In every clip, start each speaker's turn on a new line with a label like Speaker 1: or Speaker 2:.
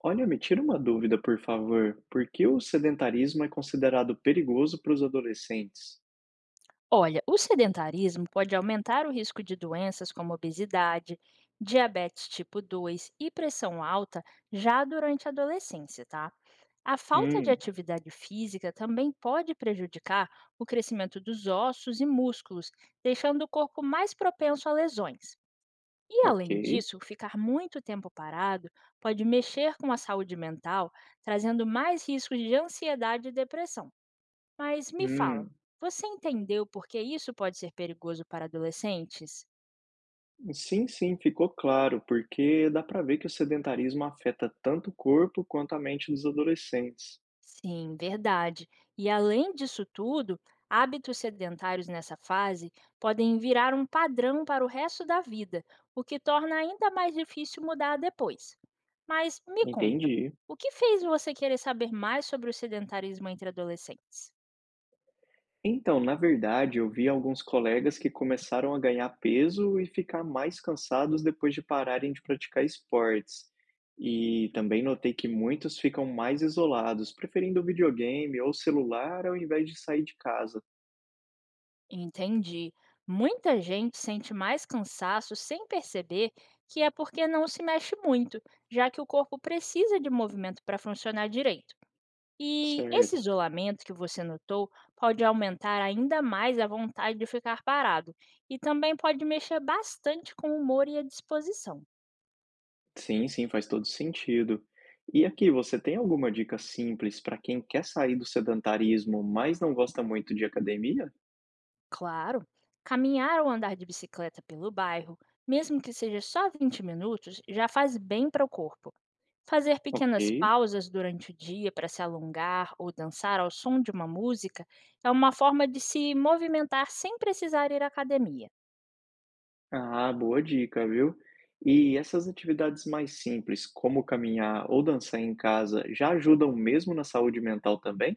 Speaker 1: Olha, me tira uma dúvida, por favor. Por que o sedentarismo é considerado perigoso para os adolescentes?
Speaker 2: Olha, o sedentarismo pode aumentar o risco de doenças como obesidade, diabetes tipo 2 e pressão alta já durante a adolescência, tá? A falta de
Speaker 1: Hum,
Speaker 2: atividade física também pode prejudicar o crescimento dos ossos e músculos, deixando o corpo mais propenso a lesões. E além
Speaker 1: ok.
Speaker 2: disso, ficar muito tempo parado pode mexer com a saúde mental, trazendo mais riscos de ansiedade e depressão. Mas me fala,
Speaker 1: Hum,
Speaker 2: você entendeu por que isso pode ser perigoso para adolescentes?
Speaker 1: sim, ficou claro, porque dá para ver que o sedentarismo afeta tanto o corpo quanto a mente dos adolescentes.
Speaker 2: Sim, verdade. E além disso tudo, hábitos sedentários nessa fase podem virar um padrão para o resto da vida, o que torna ainda mais difícil mudar depois. Mas me conta,
Speaker 1: Entendi.
Speaker 2: o que fez você querer saber mais sobre o sedentarismo entre adolescentes?
Speaker 1: Então, na verdade, eu vi alguns colegas que começaram a ganhar peso e ficar mais cansados depois de pararem de praticar esportes. E também notei que muitos ficam mais isolados, preferindo videogame ou celular ao invés de sair de casa.
Speaker 2: Entendi. Muita gente sente mais cansaço sem perceber que é porque não se mexe muito, já que o corpo precisa de movimento para funcionar direito. E esse
Speaker 1: Certo.
Speaker 2: isolamento que você notou pode aumentar ainda mais a vontade de ficar parado e também pode mexer bastante com o humor e a disposição.
Speaker 1: Sim, faz todo sentido. E aqui, você tem alguma dica simples para quem quer sair do sedentarismo, mas não gosta muito de academia?
Speaker 2: Claro, caminhar ou andar de bicicleta pelo bairro, mesmo que seja só 20 minutos, já faz bem para o corpo. Fazer pequenas
Speaker 1: Ok.
Speaker 2: pausas durante o dia para se alongar ou dançar ao som de uma música é uma forma de se movimentar sem precisar ir à academia.
Speaker 1: Ah, boa dica, viu? E essas atividades mais simples, como caminhar ou dançar em casa, já ajudam mesmo na saúde mental também?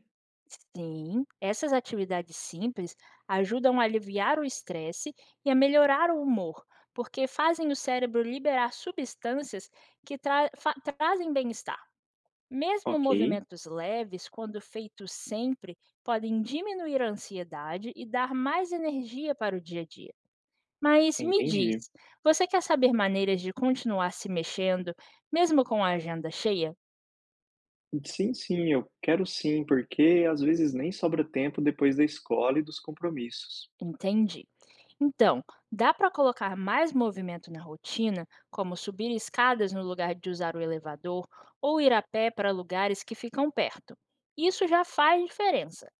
Speaker 2: Sim, essas atividades simples ajudam a aliviar o estresse e a melhorar o humor, porque fazem o cérebro liberar substâncias que trazem bem-estar. Mesmo
Speaker 1: Ok,
Speaker 2: movimentos leves, quando feitos sempre, podem diminuir a ansiedade e dar mais energia para o dia a dia. Mas me diz,
Speaker 1: entendi.
Speaker 2: você quer saber maneiras de continuar se mexendo, mesmo com a agenda cheia?
Speaker 1: Sim, eu quero sim, porque às vezes nem sobra tempo depois da escola e dos compromissos.
Speaker 2: Entendi. Então, dá para colocar mais movimento na rotina, como subir escadas no lugar de usar o elevador ou ir a pé para lugares que ficam perto. Isso já faz diferença.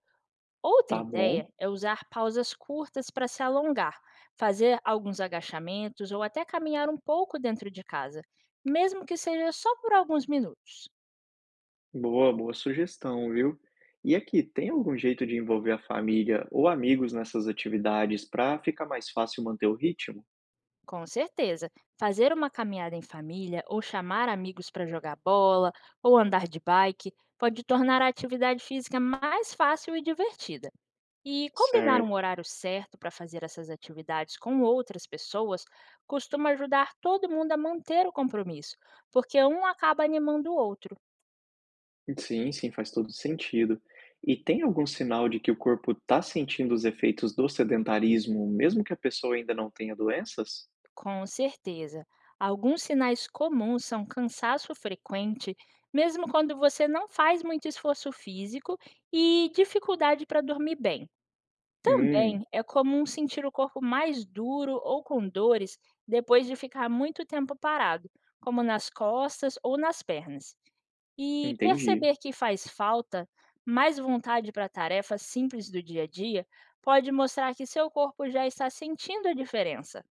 Speaker 2: Outra
Speaker 1: Tá bom?
Speaker 2: ideia é usar pausas curtas para se alongar, fazer alguns agachamentos ou até caminhar um pouco dentro de casa, mesmo que seja só por alguns minutos.
Speaker 1: Boa, boa sugestão, viu? E aqui, tem algum jeito de envolver a família ou amigos nessas atividades para ficar mais fácil manter o ritmo?
Speaker 2: Com certeza, fazer uma caminhada em família ou chamar amigos para jogar bola ou andar de bike pode tornar a atividade física mais fácil e divertida. E combinar um
Speaker 1: Certo.
Speaker 2: horário certo para fazer essas atividades com outras pessoas costuma ajudar todo mundo a manter o compromisso, porque um acaba animando o outro,
Speaker 1: Sim, faz todo sentido. E tem algum sinal de que o corpo está sentindo os efeitos do sedentarismo, mesmo que a pessoa ainda não tenha doenças?
Speaker 2: com certeza. Alguns sinais comuns são cansaço frequente, mesmo quando você não faz muito esforço físico, e dificuldade para dormir bem. Também
Speaker 1: Hum,
Speaker 2: é comum sentir o corpo mais duro ou com dores depois de ficar muito tempo parado, como nas costas ou nas pernas. E
Speaker 1: entendi.
Speaker 2: perceber que faz falta mais vontade para tarefas simples do dia a dia pode mostrar que seu corpo já está sentindo a diferença.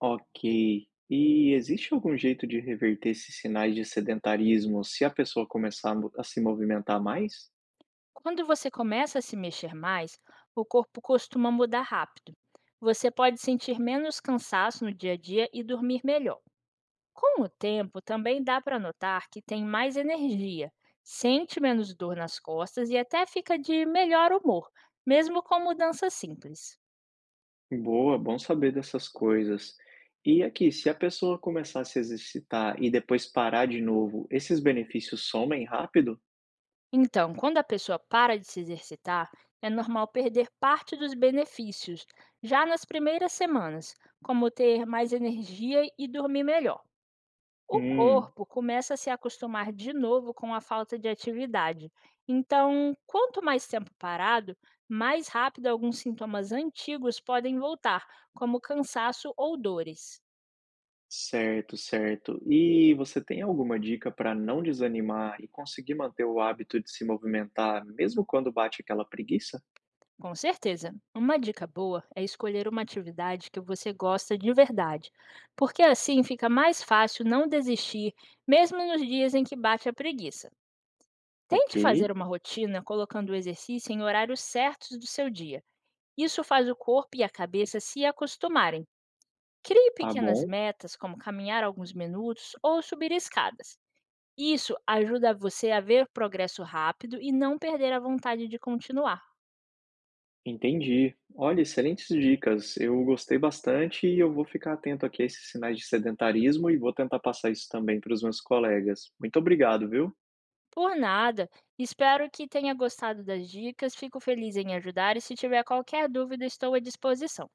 Speaker 1: Ok. E existe algum jeito de reverter esses sinais de sedentarismo se a pessoa começar a a se movimentar mais?
Speaker 2: Quando você começa a se mexer mais, o corpo costuma mudar rápido. Você pode sentir menos cansaço no dia a dia e dormir melhor. Com o tempo, também dá para notar que tem mais energia, sente menos dor nas costas e até fica de melhor humor, mesmo com mudanças simples.
Speaker 1: Boa, bom saber dessas coisas. E aqui, se a pessoa começar a se exercitar e depois parar de novo, esses benefícios somem rápido?
Speaker 2: Então, quando a pessoa para de se exercitar, é normal perder parte dos benefícios já nas primeiras semanas, como ter mais energia e dormir melhor. O
Speaker 1: Hum.
Speaker 2: corpo começa a se acostumar de novo com a falta de atividade. Então, quanto mais tempo parado, mais rápido alguns sintomas antigos podem voltar, como cansaço ou dores.
Speaker 1: Certo, certo. E você tem alguma dica para não desanimar e conseguir manter o hábito de se movimentar, mesmo quando bate aquela preguiça?
Speaker 2: Com certeza. Uma dica boa é escolher uma atividade que você gosta de verdade, porque assim fica mais fácil não desistir, mesmo nos dias em que bate a preguiça.
Speaker 1: Ok,
Speaker 2: Tente fazer uma rotina colocando o exercício em horários certos do seu dia. Isso faz o corpo e a cabeça se acostumarem. Crie
Speaker 1: tá
Speaker 2: pequenas
Speaker 1: bom,
Speaker 2: metas, como caminhar alguns minutos ou subir escadas. Isso ajuda você a ver progresso rápido e não perder a vontade de continuar.
Speaker 1: entendi. Olha, excelentes dicas. Eu gostei bastante e eu vou ficar atento aqui a esses sinais de sedentarismo e vou tentar passar isso também para os meus colegas. Muito obrigado, viu?
Speaker 2: Por nada. Espero que tenha gostado das dicas. Fico feliz em ajudar e se tiver qualquer dúvida, estou à disposição.